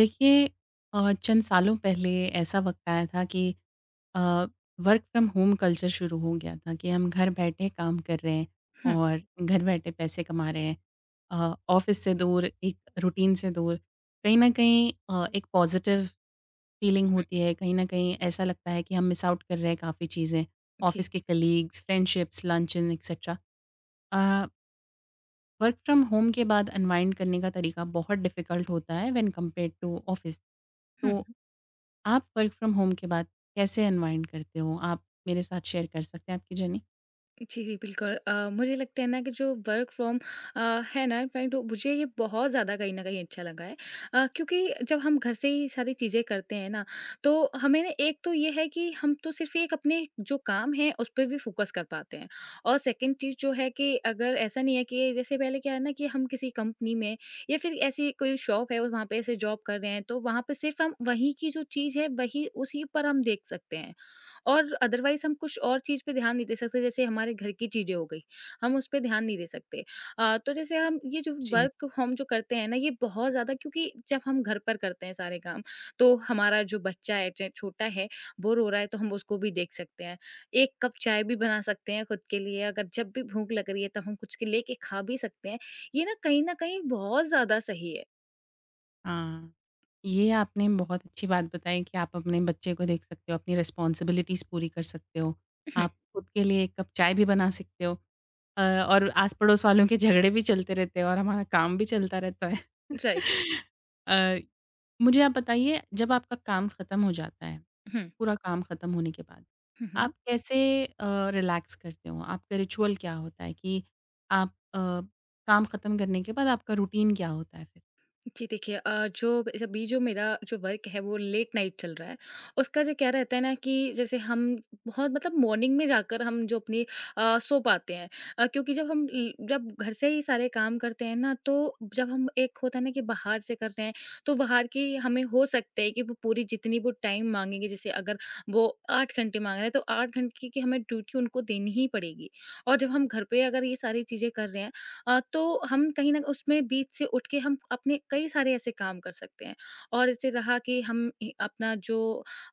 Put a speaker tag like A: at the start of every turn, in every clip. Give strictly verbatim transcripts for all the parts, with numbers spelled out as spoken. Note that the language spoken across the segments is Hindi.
A: देखिए, अ, चंद सालों पहले ऐसा वक़्त आया था कि अ, वर्क फ्रॉम होम कल्चर शुरू हो गया था कि हम घर बैठे काम कर रहे हैं
B: हुँ, हुँ,
A: और घर बैठे पैसे कमा रहे हैं। अ, ऑफ़िस से दूर, एक रूटीन से दूर, कहीं न कहीं अ, एक पॉज़िटिव फ़ीलिंग होती है, कहीं न कहीं ऐसा लगता है कि हम मिस आउट कर रहे हैं काफ़ी चीज़ें,
B: जी।
A: ऑफ़िस के कलीग्स, फ्रेंडशिप्स, लंचन एटसेट्रा। अ, वर्क फ्रॉम होम के बाद अनवाइंड करने का तरीका बहुत डिफ़िकल्ट होता है व्हेन कंपेयर्ड टू ऑफ़िस।
B: हुँ,
A: तो
B: हुँ।
A: आप वर्क फ्रॉम होम के बाद कैसे अनवाइंड करते हो? आप मेरे साथ शेयर कर सकते हैं आपकी जर्नी?
B: जी, जी, बिल्कुल। अ, मुझे लगता है ना कि जो वर्क फ्रॉम अ, है ना राइट मुझे ये बहुत ज़्यादा कहीं न कहीं अच्छा लगा है। अ, क्योंकि जब हम घर से ही सारी चीज़ें करते हैं ना, तो हमें ना एक तो ये है कि हम तो सिर्फ़ एक अपने जो काम है उस पे भी फ़ोकस कर पाते हैं। और सेकंड चीज़ जो है कि अगर ऐसा नहीं है कि जैसे पहले क्या है ना कि हम किसी कंपनी में या फिर ऐसी कोई शॉप है और वहाँ पे ऐसे जॉब कर रहे हैं, तो वहाँ पे सिर्फ़ हम वहीं की जो चीज़ है वही उसी पर हम देख सकते हैं। और अदरवाइज़ हम कुछ और चीज़ पे ध्यान नहीं दे सकते, जैसे हमारे घर की चीज़ें हो गई, हम उसपे ध्यान नहीं दे सकते। अ, तो जैसे हम ये जो
A: जी।
B: वर्क हम जो करते हैं ना, ये बहुत ज़्यादा क्योंकि जब हम घर पर करते हैं सारे काम, तो हमारा जो बच्चा है, चाहे छोटा है, बोर हो रहा है, तो हम उसको भी देख सकते हैं। एक कप चाय भी बना सकते हैं खुद के लिए, अगर जब भी भूख लग रही है, तब हम कुछ के लेके खा भी सकते हैं। ये ना कहीं न कहीं बहुत ज़्यादा सही है।
A: हाँ, ये आपने बहुत अच्छी बात बताई कि आप अपने बच्चे को देख सकते हो, अपनी रिस्पॉन्सिबिलिटीज़ पूरी कर सकते हो। आप खुद के लिए एक कप चाय भी बना सकते हो, अ, और आस-पड़ोस वालों के झगड़े भी चलते रहते हैं और हमारा काम भी चलता रहता है।
B: राइट।
A: अ, मुझे आप बताइए, जब आपका काम खत्म हो जाता है,
B: हुँ।
A: पूरा काम खत्म होने के बाद
B: हुँ, हुँ।
A: आप कैसे अ, रिलैक्स करते हो? आपका रिचुअल क्या होता है कि आप अ, काम खत्म करने के बाद आपका रूटीन क्या होता है फिर?
B: जी देखिए अ, जो अभी जो मेरा जो वर्क है वो लेट नाइट चल रहा है उसका जो क्या रहता है ना कि जैसे हम बहुत मतलब मॉर्निंग में जाकर हम जो अपनी अ, सो पाते हैं अ, क्योंकि जब हम ल- जब घर से ही सारे काम करते हैं ना तो जब हम एक होता है ना कि बाहर से कर रहे हैं तो बाहर की हमें हो सकता है कि वो पूरी जितनी वो टाइम मांगेंगे जैसे अगर वो आठ घंटे मांग रहे हैं तो आठ घंटे की हमें ड्यूटी उनको देनी ही पड़ेगी और जब हम घर पे अगर ये सारी चीज़ें कर रहे हैं अ, तो हम कहीं न उसमें बीच से उठ के हम अपने कई सारे ऐसे काम कर सकते हैं। और जैसे रहा कि हम इ अपना जो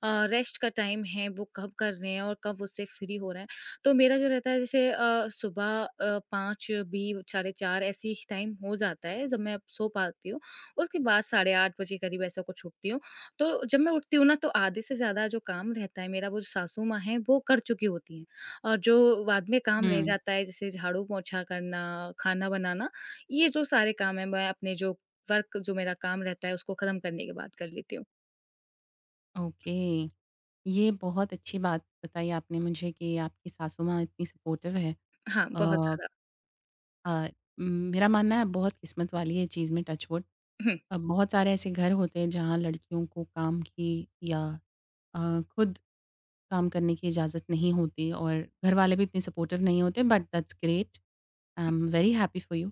B: अ, रेस्ट का टाइम है वो कब कर रहे हैं और कब उससे फ्री हो रहे हैं। तो मेरा जो रहता है जैसे अ, सुबह अ, पाँच भी साढ़े चार ऐसे ही टाइम हो जाता है जब मैं सो पाती हूँ। उसके बाद साढ़े आठ बजे करीब ऐसा कुछ उठती हूँ। तो जब मैं उठती हूँ ना तो आधे से ज़्यादा जो काम रहता है मेरा वो जो सासू माँ हैं वो कर चुकी होती हैं। और जो बाद में काम रह
A: हुँ,
B: जाता है जैसे झाड़ू पोंछा करना, खाना बनाना, ये जो सारे काम हैं मैं अपने जो वर्क जो मेरा काम रहता है उसको ख़त्म करने के बाद कर लेती हूँ।
A: ओके। ये बहुत अच्छी बात बताई आपने मुझे कि आपकी सासू माँ इतनी सपोर्टिव है।
B: हाँ, बहुत
A: अ
B: ज़्यादा।
A: अ, म- मेरा मानना है बहुत किस्मत वाली है चीज़ में, टच वुड।
B: हुँ,
A: अ, बहुत सारे ऐसे घर होते हैं जहाँ लड़कियों को काम की या अ, खुद काम करने की इजाज़त नहीं होती और घर वाले भी इतने सपोर्टिव नहीं होते, but that's great. I am very happy for you.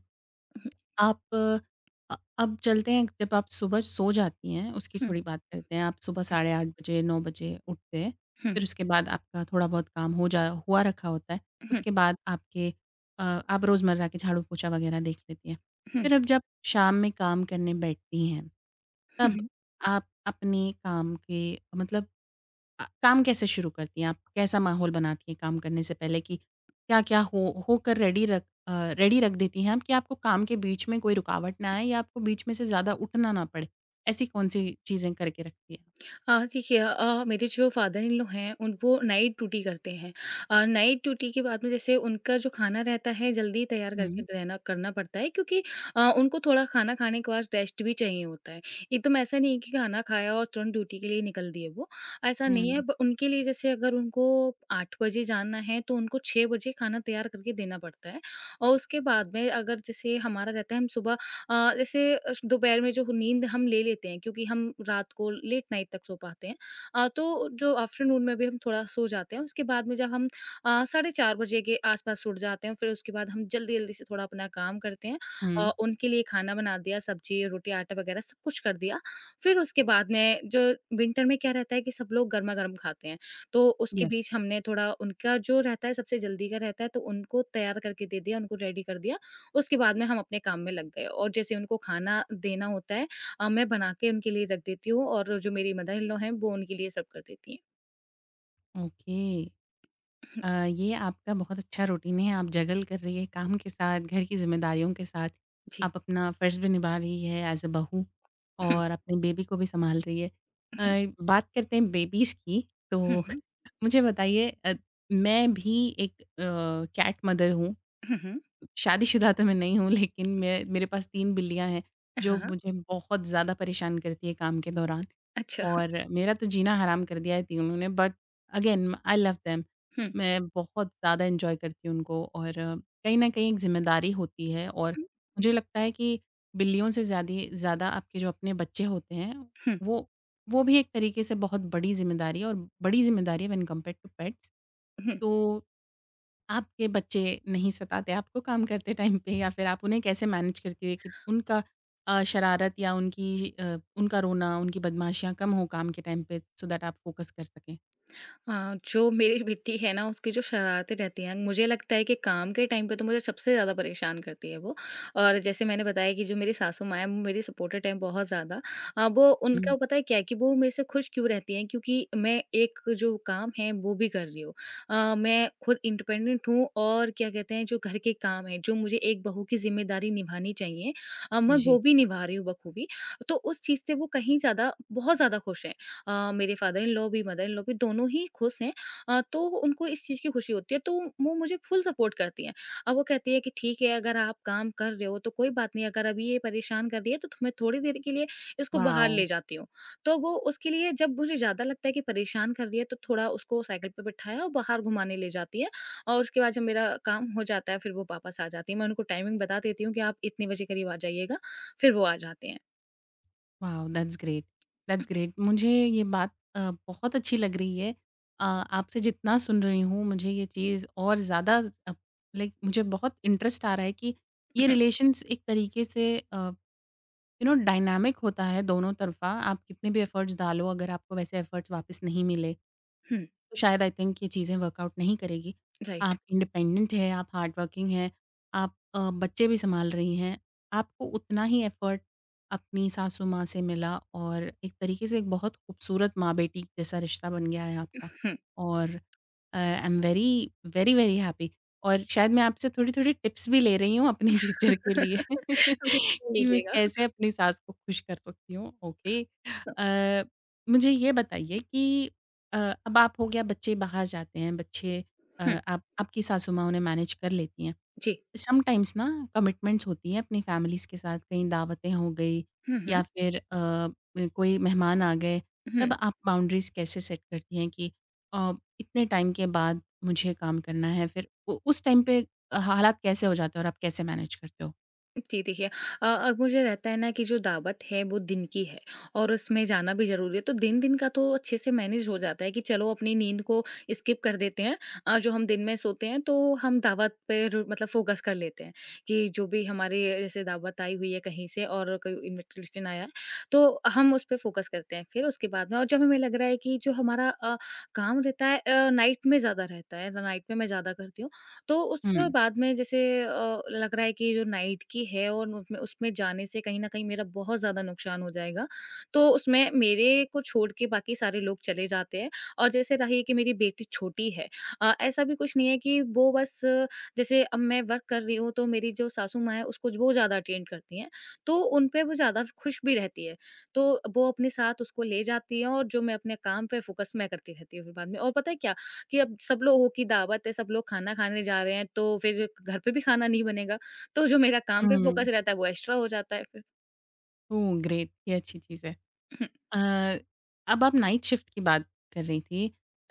B: हुँ,
A: आप अ, अ- अब चलते हैं, जब आप सुबह सो जाती हैं, उसकी
B: हुँ,
A: थोड़ी बात करते हैं। आप सुबह साढ़े आठ बजे, नौ बजे उठते हैं।
B: हुँ,
A: फिर उसके बाद आपका थोड़ा बहुत काम हो जा हुआ रखा होता है।
B: हुँ,
A: उसके बाद आपके अ, आप रोज़मर्रा के झाड़ू-पोछा वग़ैरह देख लेती हैं।
B: हुँ,
A: फिर अब जब शाम में काम करने बैठती हैं,
B: हुँ,
A: तब
B: हुँ।
A: आप अपने काम के, मतलब अ, काम कैसे शुरू करती हैं आप? कैसा माहौल बनाती हैं काम करने से पहले कि क्या-क्या हो होकर रेडी रख अ, रेडी रख देती हैं आप कि आपको काम के बीच में कोई रुकावट ना आए या आपको बीच में से ज़्यादा उठना ना पड़े? ऐसी कौन-सी चीज़ें करके रखती हैं?
B: अ, देखिए अ, मेरे जो फादर इन लॉ हैं उन वो नाइट ड्यूटी करते हैं। अ, नाइट ड्यूटी के बाद में जैसे उनका जो खाना रहता है जल्दी तैयार करके
A: हुँ,
B: रहना करना पड़ता है क्योंकि अ, उनको थोड़ा खाना खाने के बाद रेस्ट भी चाहिए होता है। एकदम ऐसा नहीं है कि खाना खाया और तुरंत ड्यूटी के लिए निकल दिए वो, ऐसा नहीं
A: हुँ,
B: है। ब उनके लिए जैसे अगर उनको आठ बजे जाना है तो उनको छह बजे खाना तैयार करके देना पड़ता है और उसके बाद में अगर जैसे हमारा रहता है हम सुबह अ, जैसे अ, दोपहर में जो नींद हम ले लेते हैं क्योंकि हम रात को लेट नाइट तक सो पाते हैं अ, तो जो आफ्टरनून में भी हम थोड़ा सो जाते हैं उसके बाद में जब हम अ, साढ़े चार बजे के आसपास उठ जाते हैं फिर उसके बाद हम जल्दी जल्दी से थोड़ा अपना काम करते हैं
A: हुँ।
B: अ, उनके लिए खाना बना दिया सब्जी रोटी आटा वगैरह सब कुछ कर दिया फिर उसके बाद में जो विंटर में क्या रहता है कि सब लोग गर्मा गर्म खाते हैं तो उसके
A: येस,
B: बीच हमने थोड़ा उनका जो रहता है सबसे जल्दी का रहता है तो उनको तैयार करके दे दिया उनको रेडी कर दिया उसके बाद में हम अपने काम में लग गए और जैसे उनको खाना देना होता है अ, मैं बना के उनके लिए रख देती हूँ और जो मेरी मदर इन लॉ हैं वो उनके लिए सर्व कर देती
A: ओके।
B: हैं।
A: अ, ये आपका बहुत अच्छा रूटीन है, आप जगल कर रही है काम के साथ, घर की ज़िम्मेदारियों के साथ,
B: जी।
A: आप अपना फ़र्ज़ भी निभा रही है एज़ अ बहू और अपने बेबी को भी सँभाल रही है। अ, बात करते हैं बेबीज़ की,
B: हुँ, हुँ,
A: तो
B: हुँ,
A: मुझे बताइए, अ, मैं भी एक अ, कैट मदर हूँ।
B: हुँ, हुँ, हुँ,
A: शादीशुदा तो मैं नहीं हूँ, लेकिन मैं, मेरे पास तीन बिल्लियाँ हैं, जो
B: हाँ,
A: मुझे बहुत ज़्यादा परेशान करती है काम के दौरान,
B: अच्छा।
A: और मेरा तो जीना हराम कर दिया है तीनों ने, but again I love them.
B: हुँ,
A: मैं बहुत ज़्यादा एन्जॉय करती हूँ उनको, और कहीं न कहीं एक ज़िम्मेदारी होती है। और
B: हुँ,
A: मुझे लगता है कि बिल्लियों से ज़्यादी ज़्यादा आपके जो अपने बच्चे होते हैं,
B: हुँ,
A: वो वो भी एक तरीके से बहुत बड़ी ज़िम्मेदारी है, और बड़ी ज़िम्मेदारी है व्हेन कंपेयर्ड टू पेट्स।
B: हुँ।
A: तो आपके बच्चे नहीं सताते आपको काम करते टाइम पे? या फिर आप उन्हें कैसे मैनेज करती है कि उनका अ, शरारत या उनकी अ, उनका रोना, उनकी बदमाशियाँ कम हो काम के टाइम पे, सो दैट आप फ़ोकस कर सकें?
B: अ, जो मेरी बेटी है ना उसकी जो शरारतें रहती हैं, मुझे लगता है कि काम के टाइम पे तो मुझे सबसे ज़्यादा परेशान करती है वो। और जैसे मैंने बताया कि जो मेरी सासू माँ हैं वो मेरी सपोर्टेड हैं बहुत ज़्यादा। अ, वो
A: हुँ,
B: उनका पता है क्या है कि वो मेरे से खुश क्यों रहती हैं क्योंकि मैं एक जो काम है वो भी कर रही हूँ। अ, मैं खुद इंडिपेंडेंट हूँ और क्या कहते हैं जो घर के काम हैं, जो मुझे एक बहू की ज़िम्मेदारी निभानी चाहिए अ, मैं
A: जी।
B: वो भी निभा रही हूँ बखूबी। तो उस चीज़ से वो कहीं ज़्यादा बहुत ज़्यादा खुश हैं। अ, मेरे फादर इन लॉ भी, मदर इन लॉ भी दोनों ही खुश हैं अ, तो उनको इस चीज़ की खुशी होती है, तो वो मुझे फुल सपोर्ट करती हैं। अब वो कहती है कि ठीक है अगर आप काम कर रहे हो तो कोई बात नहीं, अगर अभी ये परेशान कर रही है तो तुम्हें थोड़ी देर के लिए इसको बाहर
A: वॉव!
B: ले जाती हूँ। तो वो उसके लिए जब मुझे ज़्यादा लगता है कि परेशान कर रही है तो थोड़ा उसको साइकिल पे बिठाया और बाहर घुमाने ले जाती है और उसके बाद जब मेरा काम हो जाता है फिर वो वापस आ जाती हैं। मैं उनको टाइमिंग बता देती हूँ कि आप इतने बजे करीब आ जाइएगा, फिर वो आ जाते हैं।
A: Wow! That's great, that's great. मुझे ये बात अ, बहुत अच्छी लग रही है। अ, आपसे जितना सुन रही हूँ मुझे ये चीज़ और ज़्यादा, अ, लाइक, मुझे बहुत इंटरेस्ट आ रहा है कि ये रिलेशंस एक तरीके से, अ यू नो, डायनामिक होता है दोनों तरफ़ा, आप कितने भी एफ़र्ट्स डालो, अगर आपको वैसे एफ़र्ट्स वापस नहीं मिले,
B: हुँ, हुँ,
A: तो शायद, आई थिंक, ये चीज़ें वर्कआउट नहीं करेगी।
B: राइट
A: आप इंडिपेंडेंट हैं, आप हार्ड वर्किंग हैं, आप अ, बच्चे भी सँभाल रही हैं, आपको उतना ही एफ़र्ट अपनी सासू माँ से मिला, और एक तरीके से एक बहुत खूबसूरत माँ-बेटी जैसा रिश्ता बन गया है आपका।
B: हुँ,
A: और अ, I am very, very, very happy, और शायद मैं आपसे थोड़ी-थोड़ी टिप्स भी ले रही हूँ अपने फ्यूचर के लिए कि मैं
B: लीजिएगा।
A: कैसे अपनी सास को खुश कर सकती हूँ। ओके। अ, मुझे ये बताइए कि अ, अब आप, हो गया, बच्चे बाहर जाते हैं, बच्चे अ,
B: हुँ,
A: आप आपकी सासू माँ उन्हें मैनेज कर लेती हैं।
B: जी।
A: समटाइम्स ना, कमिटमेंट्स होती हैं अपनी फैमिलीज़ के साथ, कहीं दावतें हो गई,
B: हुँ,
A: या
B: हुँ,
A: फिर अ, म कोई मेहमान आ गए,
B: हुँ।
A: तब आप बाउंड्रीज़ कैसे सेट करती हैं कि अ, इतने टाइम के बाद मुझे काम करना है? फिर उ उस टाइम पे अ, हालात कैसे हो जाते हैं और आप कैसे मैनेज करते हो?
B: जी, देखिए अ, अब मुझे रहता है ना कि जो दावत है वो दिन की है और उसमें जाना भी ज़रूरी है, तो दिन-दिन का तो अच्छे से मैनेज हो जाता है कि चलो अपनी नींद को स्किप कर देते हैं। अ, जो हम दिन में सोते हैं तो हम दावत पर मतलब फ़ोकस कर लेते हैं कि जो भी हमारे जैसे दावत आई हुई है कहीं से और कोई इन्विटेशन आया है, तो हम उस पे फ़ोकस करते हैं। फिर उसके बाद में और जब हमें लग रहा है कि जो हमारा अ, काम रहता है अ, नाइट में ज़्यादा रहता है, नाइट में मैं ज़्यादा करती हूँ। तो उसके
A: हुँ।
B: बाद में जैसे अ, लग रहा है कि जो नाइट की है और उसमें उसमें जाने से कहीं न कहीं मेरा बहुत ज़्यादा नुकसान हो जाएगा। तो उसमें मेरे को छोड़ के बाकी सारे लोग चले जाते हैं और जैसे रही कि मेरी बेटी छोटी है अ, ऐसा भी कुछ नहीं है कि वो बस अ, जैसे अब मैं वर्क कर रही हूँ तो मेरी जो सासू माँ है उसको वो ज़्यादा अटेंड करती हैं, तो उन पे वो ज़्यादा खुश भी रहती है। तो वो अपने साथ उसको ले जाती हैं और जो मैं अपने काम पे फ़ोकस मैं करती रहती हूँ फिर बाद में और पता है क्या? कि अब सब लोगों की दावत है, सब लोग खाना खाने जा रहे हैं, तो फिर घर पे भी खाना नहीं बनेगा। तो जो मेरा काम पे फ़ोकस
A: हुँ,
B: रहता है, वो एक्स्ट्रा हो जाता है फिर।
A: Oh great! ये अच्छी चीज़ है। अ, अब आप नाइट शिफ्ट की बात कर रही थी,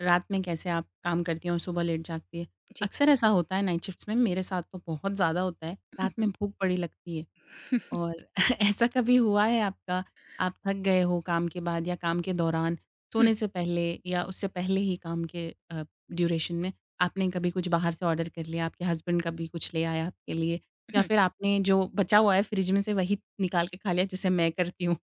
A: रात में कैसे आप काम करती हैं और सुबह लेट जागती हैं।
B: जी।
A: अक्सर ऐसा होता है नाइट शिफ्ट्स में, मेरे साथ तो बहुत ज़्यादा होता है,
B: हुँ,
A: रात में
B: हुँ।
A: भूख बड़ी लगती है, और ऐसा कभी हुआ है आपका, आप थक गए हो काम के बाद या काम के दौरान,
B: हुँ,
A: सोने से पहले या उससे पहले ही काम के अ, ड्यूरेशन में, आपने कभी कुछ बाहर से ऑर्डर कर लिया, आपके हस्बैंड कभी कुछ ले आया आपके लिए, या
B: हुँ।
A: फिर आपने जो बचा हुआ है फ्रिज में से वही निकाल के खा लिया जैसे मैं करती हूँ?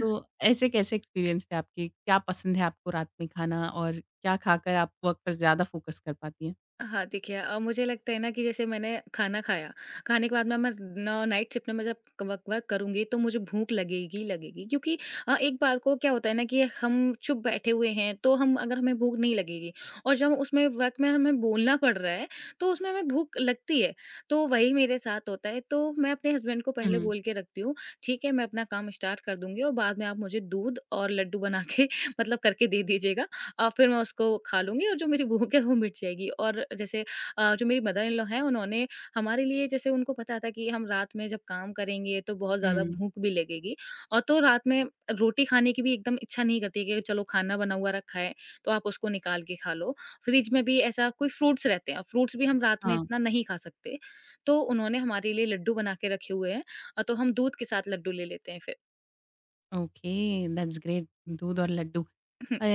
A: तो ऐसे कैसे एक्सपीरियंस थे आपके? क्या पसंद है आपको रात में खाना, और क्या खाकर आप वर्क पर ज़्यादा फ़ोकस कर पाती हैं?
B: हाँ, देखिए अ, मुझे लगता है ना कि जैसे मैंने खाना खाया, खाने के बाद में मैं न नाइट शिफ्ट में मैं जब क वर्क-वर्क करूँगी तो मुझे भूख लगेगी ही लगेगी क्योंकि अ, एक बार को क्या होता है ना कि हम चुप बैठे हुए हैं, तो हम अगर हमें भूख नहीं लगेगी और जब उसमें वर्क में हमें बोलना पड़ रहा है, तो उसमें हमें भूख लगती है। तो वही मेरे साथ होता है, तो मैं अपने हस्बैंड को पहले
A: हुँ,
B: बोल के रखती हूँ, ठीक है, मैं अपना काम स्टार्ट कर दूँगी और बाद में आप मुझे दूध और लड्डू बना के मतलब करके दे दीजिएगा। अ, फिर मैं उसको खा लूँगी और जो मेरी भूख है वो मिट जाएगी। और जैसे अ, जो मेरी मदर इन लॉ हैं उन्होंने हमारे लिए जैसे उनको पता था कि हम रात में जब काम करेंगे तो बहुत ज़्यादा
A: हुँ।
B: भूख भी लगेगी और तो रात में रोटी खाने की भी एकदम इच्छा नहीं करती है कि चलो खाना बना हुआ रखा है तो आप उसको निकाल के खा लो। फ्रिज में भी ऐसा कोई फ्रूट्स रहते हैं, फ्रूट्स भी हम रात में
A: हाँ,
B: इतना नहीं खा सकते। तो उन्होंने हमारे लिए लड्डू बना के रखे हुए हैं अ, तो हम दूध के साथ लड्डू ले लेते हैं फिर।
A: Okay, that's great. दूध और लड्डू। अ,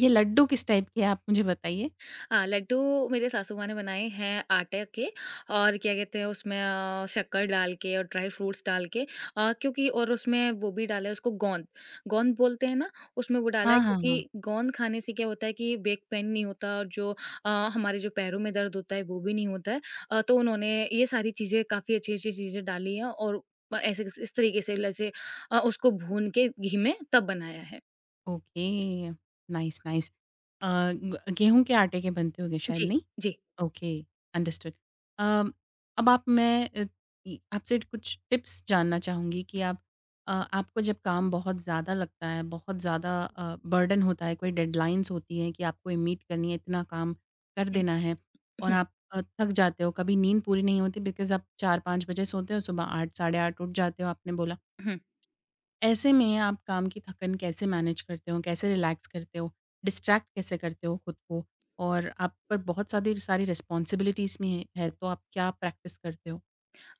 A: ये लड्डू किस टाइप के हैं, आप मुझे बताइए?
B: हाँ, लड्डू मेरे सासू माँ ने बनाए हैं आटे के और क्या कहते हैं उसमें अ, शक्कर डाल के और ड्राई फ्रूट्स डाल के अ, क्योंकि और उसमें वो भी डाला है उसको गोंद। गोंद बोलते हैं ना। उसमें वो डाला है
A: हाँ, हाँ, हाँ।
B: क्योंकि गोंद खाने से क्या होता है कि बैक पेन नहीं होता और जो अ, हमारे जो पैरों में दर्द होता है वो भी नहीं होता है। अ, तो उन्होंने ये सारी चीज़ें काफ़ी अच्छी अच्छी चीज़ें डाली हैं और अ, ऐसे इस तरीके से जैसे अ, उसको भून के घी में तब बनाया है।
A: Okay, nice, nice. अ, ग गेहूँ के आटे के बनते होंगे शायद,
B: जी,
A: नहीं?
B: जी।
A: Okay, understood. अम, अब, आप मैं अ, ई- आपसे कुछ टिप्स जानना चाहूँगी कि आप अ, आपको जब काम बहुत ज़्यादा लगता है, बहुत ज़्यादा बर्डन होता है, कोई डेडलाइंस होती हैं कि आपको ये मीट करनी है, इतना काम कर
B: हुँ,
A: देना है, और
B: हुँ,
A: आप अ, थक जाते हो, कभी नींद पूरी नहीं होती बिकॉज़ आप चार पाँच बजे सोते हो, सुबह आठ, साढ़े आठ उठ जाते हो, आपने बोला,
B: हुँ।
A: ऐसे में आप काम की थकन कैसे मैनेज करते हो? कैसे रिलैक्स करते हो? डिस्ट्रैक्ट कैसे करते हो खुद को? और आप पर बहुत सारी सारी रिस्पॉन्सिबिलिटीज़ भी हैं है, तो आप क्या प्रैक्टिस करते हो?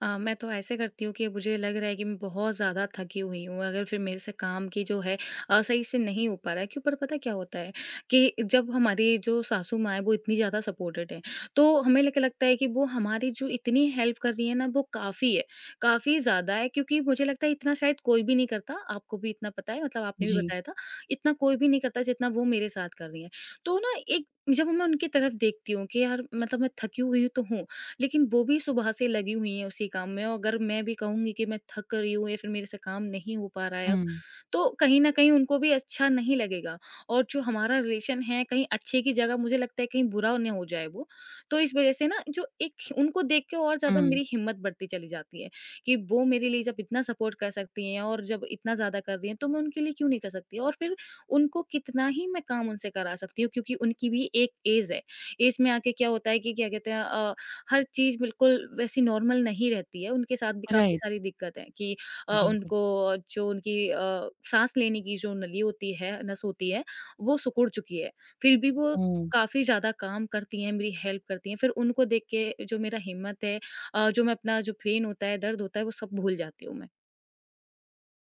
B: अ, मैं तो ऐसे करती हूँ कि मुझे लग रहा है कि मैं बहुत ज़्यादा थकी हुई हूँ, अगर फिर मेरे से काम की जो है अ, सही से नहीं हो पा रहा है क्यों पर पता क्या होता है कि जब हमारी जो सासू माँ है वो इतनी ज़्यादा सपोर्टेड है, तो हमें लेके लगता है कि वो हमारी जो इतनी हेल्प कर रही है ना वो काफ़ी है, काफ़ी ज़्यादा है क्योंकि मुझे लगता है इतना शायद कोई भी नहीं करता, आपको भी इतना पता है मतलब आपने भी
A: जी।
B: बताया था, इतना कोई भी नहीं करता जितना वो मेरे साथ कर रही हैं। तो ना एक जब मैं उनकी तरफ देखती हूँ कि यार मतलब मैं थकी हुई तो हूँ लेकिन वो भी सुबह से लगी हुई हैं उसी काम में और अगर मैं भी कहूँगी कि मैं थक रही हूँ या फिर मेरे से काम नहीं हो पा रहा है अब,
A: हुँ,
B: तो कहीं न कहीं उनको भी अच्छा नहीं लगेगा और जो हमारा रिलेशन है कहीं अच्छे की जगह मुझे लगता है कहीं बुरा ना हो जाए वो। तो इस वज़ह से ना जो एक उनको देख के और ज़्यादा
A: हुँ।
B: मेरी हिम्मत बढ़ती चली जाती है कि वो मेरे लिए जब इतना सपोर्ट कर सकती हैं और जब इतना ज़्यादा कर रही हैं तो मैं उनके लिए क्यों नहीं कर सकती? और फिर उनको कितना ही मैं काम उनसे करा सकती हूँ क्योंकि उनकी भी एक ऐज है। ऐज में आके क्या होता है कि क्या कहते हैं अ हर चीज़ बिल्कुल वैसी नॉर्मल नहीं रहती है, उनके साथ भी काफ़ी
A: राइट,
B: सारी दिक्कतें कि अ,
A: बिल्कुल।
B: उनको जो उनकी अ, साँस लेने की जो नली होती है, नस होती है, वो सिकुड़ चुकी है। फिर भी वो
A: हुँ।
B: काफ़ी ज़्यादा काम करती हैं, मेरी हेल्प करती हैं, फिर उनको देख के जो मेरा हिम्मत है अ, जो मैं अपना जो पेन होता है, दर्द होता है, वो सब भूल जाती हूँ मैं।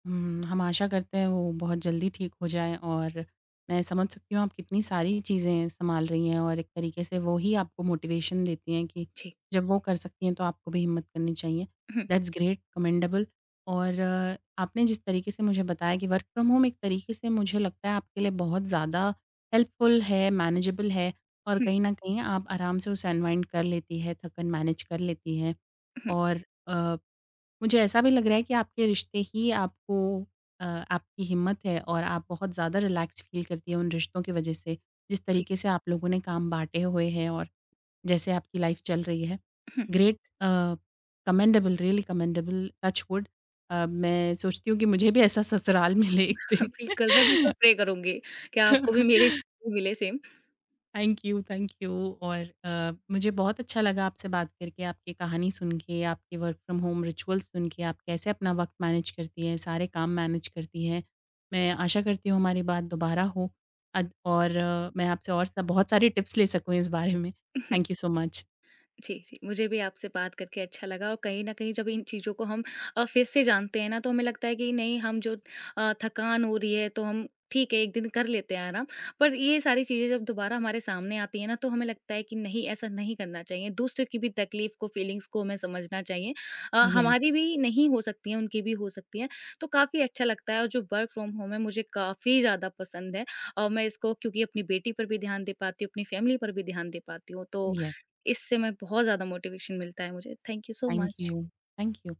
A: हुँ, हम आशा करते हैं वो बहुत जल्दी ठीक हो जाएँ, और मैं समझ सकती हूँ आप कितनी सारी चीज़ें सँभाल रही हैं, और एक तरीके से वो ही आपको मोटिवेशन देती हैं कि
B: जी।
A: जब वो कर सकती हैं तो आपको भी हिम्मत करनी चाहिए।
B: हुँ,
A: दैट्स ग्रेट, कमेंडेबल। और अ, आपने जिस तरीके से मुझे बताया कि वर्क फ्रॉम होम एक तरीके से मुझे लगता है आपके लिए बहुत ज़्यादा हेल्पफुल है, मैनेजेबल है, और
B: हुँ,
A: कहीं न कहीं आप आराम से उसे अनवाइंड कर लेती हैं, थकन मैनेज कर लेती हैं।
B: हुँ,
A: और अ मुझे ऐसा भी लग रहा है कि आपके रिश्ते ही आपको, अ, आपकी हिम्मत है, और आप बहुत ज़्यादा रिलैक्स फ़ील करती है उन रिश्तों की वजह से, जिस
B: जी,
A: तरीके से आप लोगों ने काम बाँटे हुए हैं और जैसे आपकी लाइफ़ चल रही है।
B: हुँ,
A: ग्रेट! अ, commendable, really commendable. Touch wood. अ, मैं सोचती हूँ कि मुझे भी ऐसा ससुराल मिले एक दिन।
B: बिल्कुल, मैं बिल्कुल प्रे करूँगी कि आपको भी मेरे जैसा मिले same.
A: Thank you, thank you. और अ, मुझे बहुत अच्छा लगा आपसे बात करके, आपकी कहानी सुन के, आपके वर्क फ्रॉम होम रिचुअल सुन के, आप कैसे अपना वक़्त मैनेज करती हैं, सारे काम मैनेज करती हैं। मैं आशा करती हूँ हमारी बात दोबारा हो, अद और अ, मैं आपसे और स बहुत सारी टिप्स ले सकूँ इस बारे में। Thank you so much.
B: जी, जी। मुझे भी आपसे बात करके अच्छा लगा और कहीं न कहीं जब इन चीज़ों को हम अ, फिर से जानते हैं ना, तो हमें लगता है कि नहीं हम जो अ, थकान हो रही है तो हम ठीक है, एक दिन कर लेते हैं आराम। पर ये सारी चीज़ें जब दोबारा हमारे सामने आती हैं ना, तो हमें लगता है कि नहीं ऐसा नहीं करना चाहिए। दूसरे की भी तकलीफ़ को, फीलिंग्स को हमें समझना चाहिए। अ,
A: येस,
B: हमारी भी नहीं हो सकती है, उनकी भी हो सकती है। तो काफ़ी अच्छा लगता है और जो वर्क फ्रॉम होम है मुझे काफ़ी ज़्यादा पसंद है और मैं इसको क्योंकि अपनी बेटी पर भी ध्यान दे पाती हूँ, अपनी फैमिली पर भी ध्यान दे पाती हूँ। तो
A: येस,
B: इससे मैं बहुत ज़्यादा मोटिवेशन मिलता है मुझे। Thank you so
A: thank
B: much.
A: You, thank you.